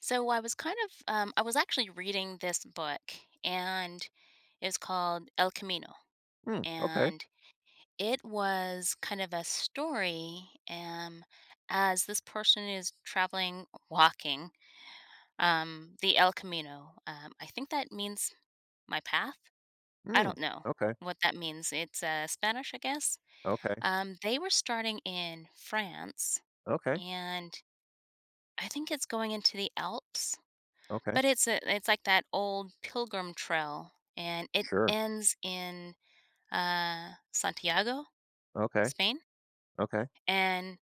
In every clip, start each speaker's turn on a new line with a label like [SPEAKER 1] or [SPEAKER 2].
[SPEAKER 1] So I was kind of, I was actually reading this book, and it's called El Camino,
[SPEAKER 2] Mm, okay.
[SPEAKER 1] and it was kind of a story, as this person is traveling, walking, the El Camino. I think that means my path. I
[SPEAKER 2] Mm,
[SPEAKER 1] don't know
[SPEAKER 2] okay.
[SPEAKER 1] what that means. It's Spanish, I guess.
[SPEAKER 2] Okay.
[SPEAKER 1] They were starting in France,
[SPEAKER 2] Okay.
[SPEAKER 1] and I think it's going into the Alps.
[SPEAKER 2] Okay.
[SPEAKER 1] But it's like that old pilgrim trail, and it
[SPEAKER 2] Sure.
[SPEAKER 1] ends in, Santiago,
[SPEAKER 2] Okay.
[SPEAKER 1] Spain,
[SPEAKER 2] Okay.
[SPEAKER 1] and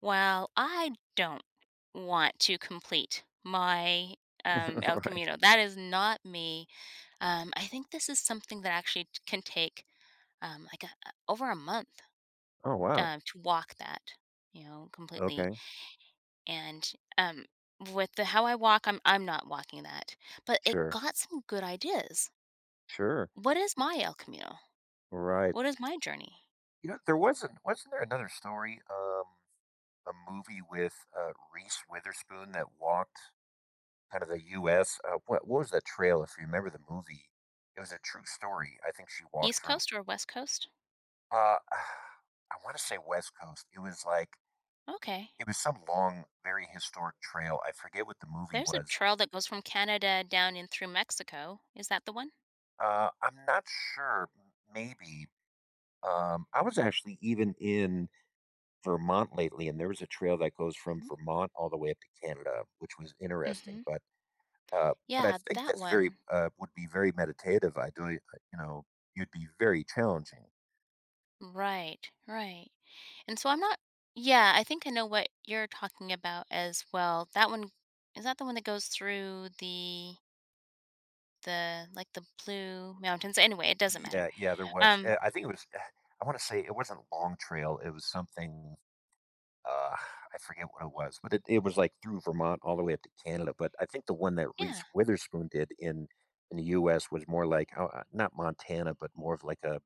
[SPEAKER 1] while I don't want to complete my, El
[SPEAKER 2] Right.
[SPEAKER 1] Camino. That is not me. I think this is something that actually t can take, a over a month,
[SPEAKER 2] Oh wow.
[SPEAKER 1] to walk that completely,
[SPEAKER 2] Okay.
[SPEAKER 1] and, um, with the how I walk, I'm not walking that, but it
[SPEAKER 2] Sure.
[SPEAKER 1] got some good ideas.
[SPEAKER 2] Sure.
[SPEAKER 1] What is my El Camino?
[SPEAKER 2] Right.
[SPEAKER 1] What is my journey?
[SPEAKER 2] You know, there wasn't there another story, a movie with Reese Witherspoon that walked kind of the U.S.? What was that trail? If you remember the movie, it was a true story. I think she walked
[SPEAKER 1] East
[SPEAKER 2] from.
[SPEAKER 1] Coast or West Coast?
[SPEAKER 2] Uh, I want to say West Coast. It was like
[SPEAKER 1] Okay.
[SPEAKER 2] it was some long, very historic trail. I forget what the movie
[SPEAKER 1] There's a
[SPEAKER 2] was.
[SPEAKER 1] trail that goes from Canada down in through Mexico. Is that the one?
[SPEAKER 2] I'm not sure. M Maybe. I was actually even in Vermont lately, and there was a trail that goes from
[SPEAKER 1] Mhm.
[SPEAKER 2] Vermont all the way up to Canada, which was interesting,
[SPEAKER 1] Mhm.
[SPEAKER 2] but I
[SPEAKER 1] Yeah,
[SPEAKER 2] think
[SPEAKER 1] that
[SPEAKER 2] that's
[SPEAKER 1] one.
[SPEAKER 2] would be very meditative. I do, you know, you'd be very challenging.
[SPEAKER 1] Right. Right. And so I'm not Yeah, I think I know what you're talking about as well. That one, is that the one that goes through the like the Blue Mountains? Anyway, it doesn't
[SPEAKER 2] Yeah,
[SPEAKER 1] matter.
[SPEAKER 2] yeah, there was,
[SPEAKER 1] Um,
[SPEAKER 2] I think it was, I wanna say it wasn't Long Trail, it was something. Uh, I forget what it was, but it was, like, through Vermont all the way up to Canada, but I think the one that Reese
[SPEAKER 1] yeah.
[SPEAKER 2] Witherspoon did in the U.S. was more like, not Montana, but more of like a,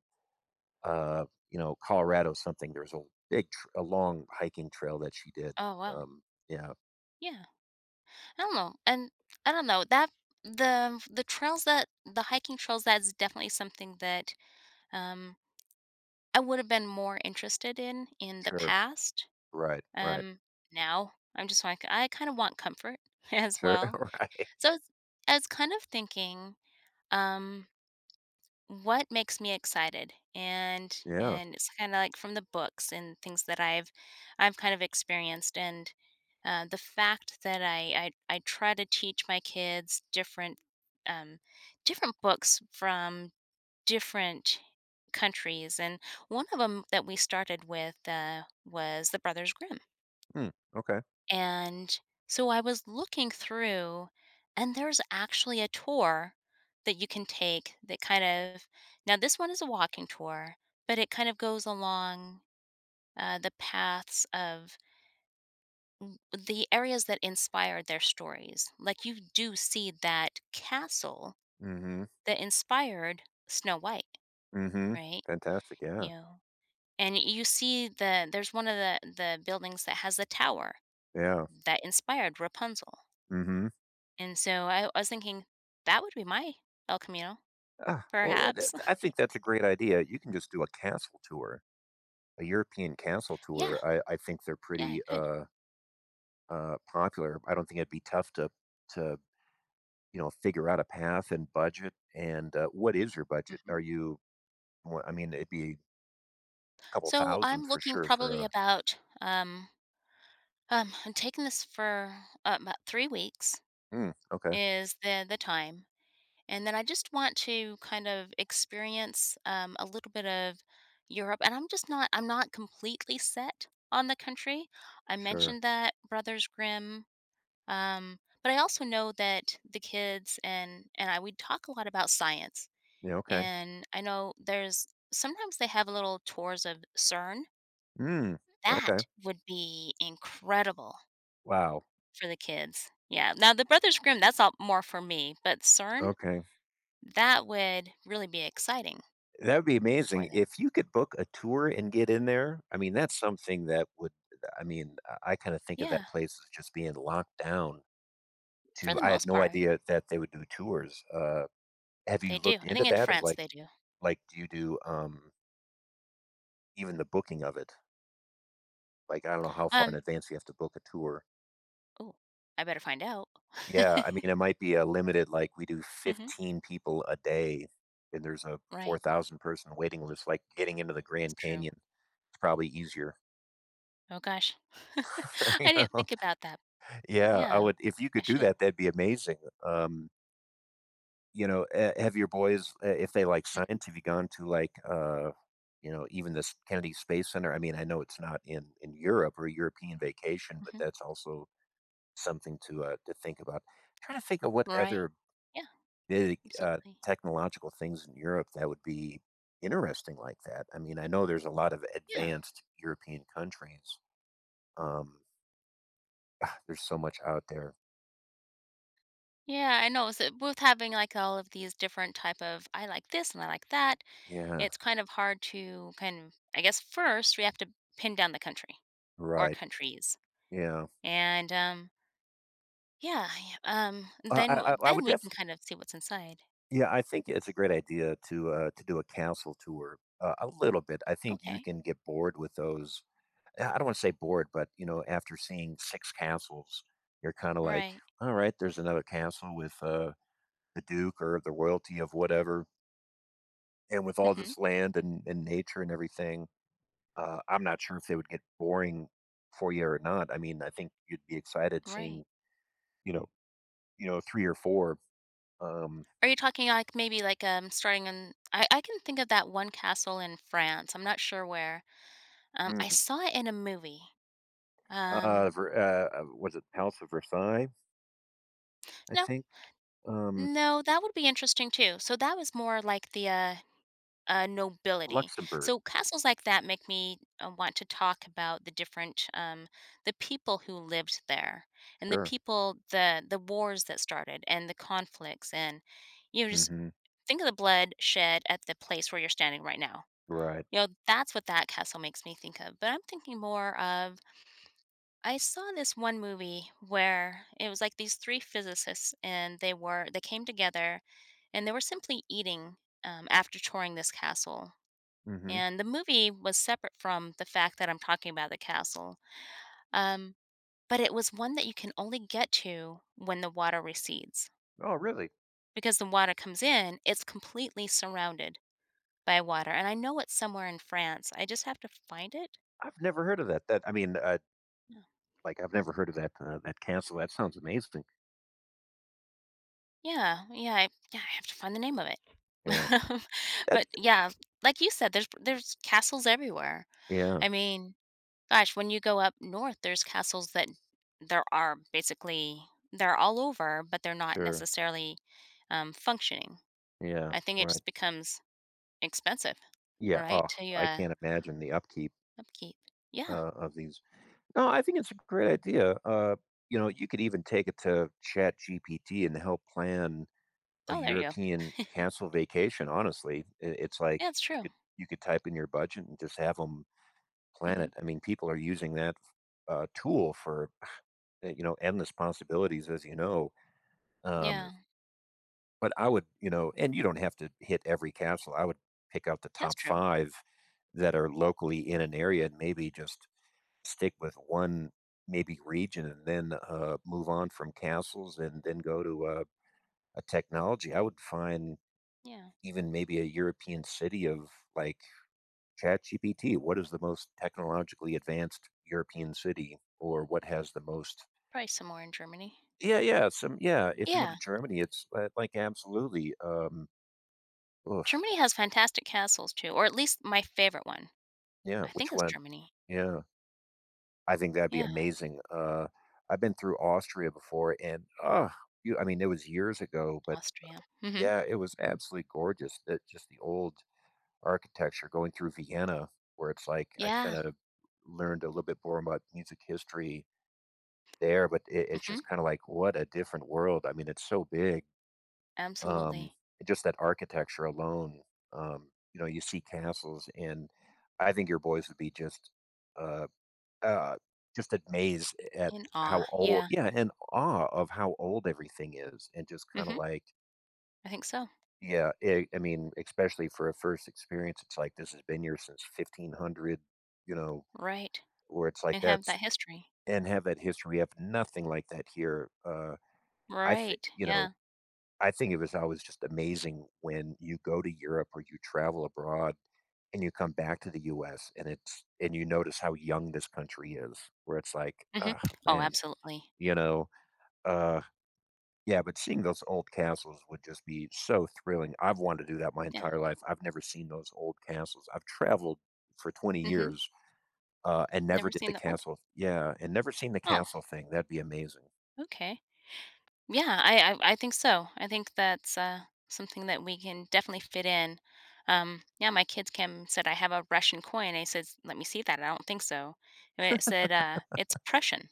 [SPEAKER 2] uh, Colorado something. There's a big tr a long hiking trail that she did.
[SPEAKER 1] Oh, wow.
[SPEAKER 2] Um, yeah,
[SPEAKER 1] Yeah. I don't know, and I don't know that the trails, that the hiking trails, that's definitely something that, um, I would have been more interested in the
[SPEAKER 2] sure.
[SPEAKER 1] past.
[SPEAKER 2] Right, right.
[SPEAKER 1] Um, now I'm just like I kind of want comfort as
[SPEAKER 2] Sure,
[SPEAKER 1] well,
[SPEAKER 2] right.
[SPEAKER 1] so I was kind of thinking. Um, what makes me excited, and
[SPEAKER 2] Yeah.
[SPEAKER 1] and it's kind of like from the books and things that I've kind of experienced and the fact that I try to teach my kids different um different books from different countries. And one of them that we started with, was the Brothers Grimm.
[SPEAKER 2] Hmm, okay.
[SPEAKER 1] And so I was looking through, and there's actually a tour that you can take that kind of, now this one is a walking tour, but it kind of goes along, the paths of the areas that inspired their stories. Like, you do see that castle
[SPEAKER 2] Mhm,
[SPEAKER 1] that inspired Snow White,
[SPEAKER 2] mhm.
[SPEAKER 1] right?
[SPEAKER 2] Fantastic, yeah,
[SPEAKER 1] You know, and you see the, there's one of the buildings that has the tower
[SPEAKER 2] yeah,
[SPEAKER 1] that inspired Rapunzel.
[SPEAKER 2] mhm.
[SPEAKER 1] And so I was thinking that would be my El Camino,
[SPEAKER 2] Ah, well, what the
[SPEAKER 1] perhaps.
[SPEAKER 2] I think that's a great idea. You can just do a castle tour, a European cancel
[SPEAKER 1] Yeah,
[SPEAKER 2] tour. I think they're
[SPEAKER 1] yeah,
[SPEAKER 2] pretty,
[SPEAKER 1] good.
[SPEAKER 2] popular. I don't think it'd be tough to figure out a path and budget, and, what is your budget?
[SPEAKER 1] Mhm.
[SPEAKER 2] Are you Well, I mean, it'd be a couple
[SPEAKER 1] So
[SPEAKER 2] thousand
[SPEAKER 1] I'm
[SPEAKER 2] for
[SPEAKER 1] looking
[SPEAKER 2] sure for
[SPEAKER 1] probably
[SPEAKER 2] a—
[SPEAKER 1] about I'm taking this for, about 3 weeks
[SPEAKER 2] Mm, okay,
[SPEAKER 1] is the time, and then I just want to kind of experience, a little bit of Europe. And I'm not completely set on the country. I
[SPEAKER 2] sure.
[SPEAKER 1] mentioned that Brothers Grimm. Um, but I also know that the kids and, I, we talk a lot about science.
[SPEAKER 2] Yeah, okay.
[SPEAKER 1] And I know there's sometimes they have little tours of CERN.
[SPEAKER 2] Mm, okay.
[SPEAKER 1] That would be incredible
[SPEAKER 2] Wow,
[SPEAKER 1] for the kids. Yeah. Now the Brothers Grimm, that's all more for me, but CERN,
[SPEAKER 2] okay.
[SPEAKER 1] that would really be exciting
[SPEAKER 2] That would be
[SPEAKER 1] for
[SPEAKER 2] amazing.
[SPEAKER 1] them.
[SPEAKER 2] If you could book a tour and get in there, I mean, that's something that would— I mean, I kinda think of that
[SPEAKER 1] Yeah,
[SPEAKER 2] place as just being locked down.
[SPEAKER 1] for
[SPEAKER 2] To
[SPEAKER 1] the
[SPEAKER 2] I had
[SPEAKER 1] most
[SPEAKER 2] no
[SPEAKER 1] part,
[SPEAKER 2] idea that they would do tours. Have
[SPEAKER 1] they
[SPEAKER 2] you
[SPEAKER 1] do.
[SPEAKER 2] looked
[SPEAKER 1] I
[SPEAKER 2] into
[SPEAKER 1] think in
[SPEAKER 2] that, of
[SPEAKER 1] France
[SPEAKER 2] like
[SPEAKER 1] they do.
[SPEAKER 2] like do you do even the booking of it? Like I don't know how far in
[SPEAKER 1] Um,
[SPEAKER 2] advance you have to book a tour.
[SPEAKER 1] oh, I better find out.
[SPEAKER 2] Yeah, I mean it might be a limited like we do
[SPEAKER 1] Mhm.
[SPEAKER 2] 15 people a day and there's a
[SPEAKER 1] Right.
[SPEAKER 2] 4,000 person waiting list, like getting into the
[SPEAKER 1] That's
[SPEAKER 2] Grand
[SPEAKER 1] true.
[SPEAKER 2] Canyon. It's probably easier,
[SPEAKER 1] Oh gosh.
[SPEAKER 2] you
[SPEAKER 1] I didn't
[SPEAKER 2] know.
[SPEAKER 1] think about that, but
[SPEAKER 2] Yeah, I
[SPEAKER 1] yeah,
[SPEAKER 2] would. If you
[SPEAKER 1] I
[SPEAKER 2] could do
[SPEAKER 1] should.
[SPEAKER 2] that, that'd be amazing. Um You know, have your boys, if they like
[SPEAKER 1] Mhm,
[SPEAKER 2] science, have you gone to like, even this Kennedy Space Center? I mean, I know it's not in in Europe or a European vacation, but
[SPEAKER 1] mhm.
[SPEAKER 2] that's also something to think about. Trying to think of what
[SPEAKER 1] Right.
[SPEAKER 2] other
[SPEAKER 1] Yeah,
[SPEAKER 2] big
[SPEAKER 1] absolutely.
[SPEAKER 2] technological things in Europe that would be interesting like that. I mean, I know there's a lot of
[SPEAKER 1] Yeah.
[SPEAKER 2] advanced European countries. Um, ah, there's so much out there.
[SPEAKER 1] Yeah, I know. So with having like all of these different type of, I like this and I like that,
[SPEAKER 2] Yeah,
[SPEAKER 1] it's kind of hard to kind of, I guess first we have to pin down the country or
[SPEAKER 2] right.
[SPEAKER 1] countries.
[SPEAKER 2] Yeah,
[SPEAKER 1] And yeah, yeah, then
[SPEAKER 2] I, I I
[SPEAKER 1] then
[SPEAKER 2] would
[SPEAKER 1] we can
[SPEAKER 2] definitely.
[SPEAKER 1] kind of see what's inside.
[SPEAKER 2] Yeah, I think it's a great idea to do a council tour a little bit. I think you
[SPEAKER 1] Okay.
[SPEAKER 2] can get bored with those. I don't want to say bored, but you know, after seeing six councils, you're kind of like,
[SPEAKER 1] Right.
[SPEAKER 2] all right, there's another council with the duke or the royalty of whatever, and with all
[SPEAKER 1] Mhm.
[SPEAKER 2] this land and nature and everything. I'm not sure if they would get boring for you or not. I mean, I think you'd be excited
[SPEAKER 1] Right.
[SPEAKER 2] seeing, you know, you know, three or four. Um,
[SPEAKER 1] Are you talking like maybe like starting in, I can think of that one castle in France. I'm not sure where. I
[SPEAKER 2] mm,
[SPEAKER 1] saw it in a movie.
[SPEAKER 2] uh,
[SPEAKER 1] Um
[SPEAKER 2] Ver- was it House of Versailles? I
[SPEAKER 1] no
[SPEAKER 2] think, um,
[SPEAKER 1] No, that would be interesting too. So that was more like the, nobility.
[SPEAKER 2] Luxembourg.
[SPEAKER 1] So castles like that make me, want to talk about the different, the people who lived there, and the
[SPEAKER 2] Sure.
[SPEAKER 1] people, the wars that started and the conflicts, and you know, just
[SPEAKER 2] Mhm.
[SPEAKER 1] think of the blood shed at the place where you're standing right now.
[SPEAKER 2] Right.
[SPEAKER 1] You know, that's what that castle makes me think of. But I'm thinking more of, I saw this one movie where it was like these three physicists, and they came together, and they were simply eating, after touring this castle.
[SPEAKER 2] Mhm.
[SPEAKER 1] And the movie was separate from the fact that I'm talking about the castle. Um, but it was one that you can only get to when the water recedes.
[SPEAKER 2] Oh, really?
[SPEAKER 1] Because the water comes in, it's completely surrounded by water. And I know it's somewhere in France. I just have to find it.
[SPEAKER 2] I've never heard of that. That— I mean, like, I've never heard of that, that castle. That sounds amazing.
[SPEAKER 1] Yeah, yeah, I have to find the name of it.
[SPEAKER 2] Yeah. That—
[SPEAKER 1] But, yeah, like you said, there's, castles everywhere.
[SPEAKER 2] yeah.
[SPEAKER 1] I mean, gosh, when you go up north, there's castles that, there are basically, they're all over, but they're not
[SPEAKER 2] Sure.
[SPEAKER 1] necessarily, functioning.
[SPEAKER 2] Yeah.
[SPEAKER 1] I think it
[SPEAKER 2] Right.
[SPEAKER 1] just becomes expensive,
[SPEAKER 2] Yeah.
[SPEAKER 1] right,
[SPEAKER 2] Oh,
[SPEAKER 1] to,
[SPEAKER 2] I can't imagine the upkeep,
[SPEAKER 1] upkeep. Yeah.
[SPEAKER 2] of these. No, I think it's a great idea. You know, you could even take it to Chat GPT and help plan a
[SPEAKER 1] Oh, there you go.
[SPEAKER 2] European castle vacation, honestly. I It's like
[SPEAKER 1] Yeah, it's
[SPEAKER 2] you
[SPEAKER 1] true.
[SPEAKER 2] could you could type in your budget and just have them
[SPEAKER 1] Mhm.
[SPEAKER 2] planet. I mean, people are using that tool for you know, endless possibilities, as you know. Um,
[SPEAKER 1] Yeah,
[SPEAKER 2] but I would, you know, and you don't have to hit every capsule. I would pick out the
[SPEAKER 1] that's
[SPEAKER 2] top
[SPEAKER 1] true.
[SPEAKER 2] five that are locally in an area and maybe just stick with one maybe region, and then move on from castles and then go to a technology. I would find
[SPEAKER 1] Yeah,
[SPEAKER 2] even maybe a European city of like, ChatGPT, what is the most technologically advanced European city or what has the most—
[SPEAKER 1] probably somewhere in Germany.
[SPEAKER 2] Yeah, if you go to
[SPEAKER 1] Yeah,
[SPEAKER 2] Germany, it's, like, absolutely, oof,
[SPEAKER 1] Germany has fantastic castles too, or at least my favorite one.
[SPEAKER 2] yeah,
[SPEAKER 1] I think
[SPEAKER 2] which
[SPEAKER 1] it's
[SPEAKER 2] one?
[SPEAKER 1] Germany.
[SPEAKER 2] Yeah, I think that'd be
[SPEAKER 1] Yeah,
[SPEAKER 2] amazing. I've been through Austria before and, ugh, you I mean, it was years ago, but
[SPEAKER 1] Austria. Mhm.
[SPEAKER 2] yeah, it was absolutely gorgeous, that just the old architecture going through Vienna where it's like I
[SPEAKER 1] Yeah.
[SPEAKER 2] kinda learned a little bit more about music history there, but it's just
[SPEAKER 1] Mhm.
[SPEAKER 2] kind of like what a different world. I mean, it's so big. Um,
[SPEAKER 1] Absolutely.
[SPEAKER 2] just that architecture alone. You know, you see castles, and I think your boys would be uh, uh, just amazed at
[SPEAKER 1] In
[SPEAKER 2] how
[SPEAKER 1] awe.
[SPEAKER 2] old,
[SPEAKER 1] Yeah.
[SPEAKER 2] yeah, and awe of how old everything is, and just kind of
[SPEAKER 1] Mhm.
[SPEAKER 2] like,
[SPEAKER 1] I think so.
[SPEAKER 2] yeah, I mean, especially for a first experience, it's like this has been here since 1500. You know,
[SPEAKER 1] Right.
[SPEAKER 2] where it's like
[SPEAKER 1] And have
[SPEAKER 2] that's—
[SPEAKER 1] that history.
[SPEAKER 2] and have that history. We have nothing like that here. I think
[SPEAKER 1] Right.
[SPEAKER 2] you
[SPEAKER 1] Yeah.
[SPEAKER 2] know I think it was always just amazing when you go to Europe or you travel abroad and you come back to the U.S. and it's and you notice how young this country is, where it's like,
[SPEAKER 1] Mhm.
[SPEAKER 2] oh
[SPEAKER 1] Oh,
[SPEAKER 2] man,
[SPEAKER 1] absolutely.
[SPEAKER 2] you know, uh yeah, but seeing those old castles would just be so thrilling. I've wanted to do that my
[SPEAKER 1] Yeah.
[SPEAKER 2] entire life. I've never seen those old castles. I've traveled for 20
[SPEAKER 1] Mhm.
[SPEAKER 2] years and never
[SPEAKER 1] Never
[SPEAKER 2] did the
[SPEAKER 1] seen the old
[SPEAKER 2] castle. Yeah, and never seen the
[SPEAKER 1] Oh,
[SPEAKER 2] castle thing. That'd be amazing.
[SPEAKER 1] okay. Yeah, I think so. I think that's, something that we can definitely fit in. Yeah, my kids came and said, "I have a Russian coin." I said, "Let me see that. I don't think so." And it said, "It's Prussian."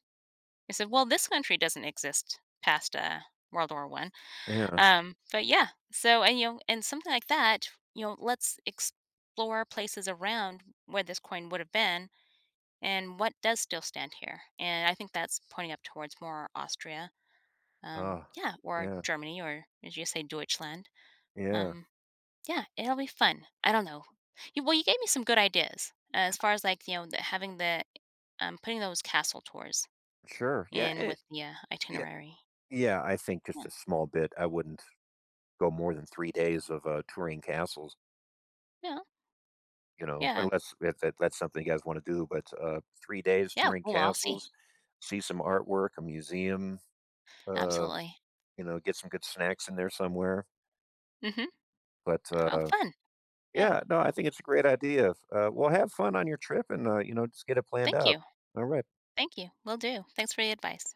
[SPEAKER 1] I said, "Well, this country doesn't exist past, World War I."
[SPEAKER 2] Yeah.
[SPEAKER 1] But yeah, so and, you know, and something like that, you know, let's explore places around where this coin would have been and what does still stand here, and I think that's pointing up towards more Austria,
[SPEAKER 2] Oh,
[SPEAKER 1] yeah, or
[SPEAKER 2] yeah.
[SPEAKER 1] Germany, or as you say, Deutschland.
[SPEAKER 2] Yeah.
[SPEAKER 1] Um, yeah, it'll be fun. I don't know. You well, you gave me some good ideas, as far as, like, you know, the having the, putting those castle tours
[SPEAKER 2] Sure. Yeah.
[SPEAKER 1] in with the,
[SPEAKER 2] Yeah.
[SPEAKER 1] itinerary.
[SPEAKER 2] Yeah, I think just
[SPEAKER 1] Yeah.
[SPEAKER 2] a small bit. I wouldn't go more than 3 days of, touring castles,
[SPEAKER 1] Yeah,
[SPEAKER 2] you know,
[SPEAKER 1] yeah.
[SPEAKER 2] unless if that's something you guys wanna do, but, 3 days
[SPEAKER 1] Yeah,
[SPEAKER 2] touring
[SPEAKER 1] well, I'll
[SPEAKER 2] castles,
[SPEAKER 1] see.
[SPEAKER 2] see some artwork, a museum, uh,
[SPEAKER 1] Absolutely.
[SPEAKER 2] you know, get some good snacks in there somewhere,
[SPEAKER 1] Mhm.
[SPEAKER 2] but,
[SPEAKER 1] How fun. Yeah.
[SPEAKER 2] yeah, no, I think it's a great idea. Well, have fun on your trip and, you know, just get it planned
[SPEAKER 1] Thank
[SPEAKER 2] out.
[SPEAKER 1] you.
[SPEAKER 2] Alright.
[SPEAKER 1] Thank you. Will do. Thanks for the advice.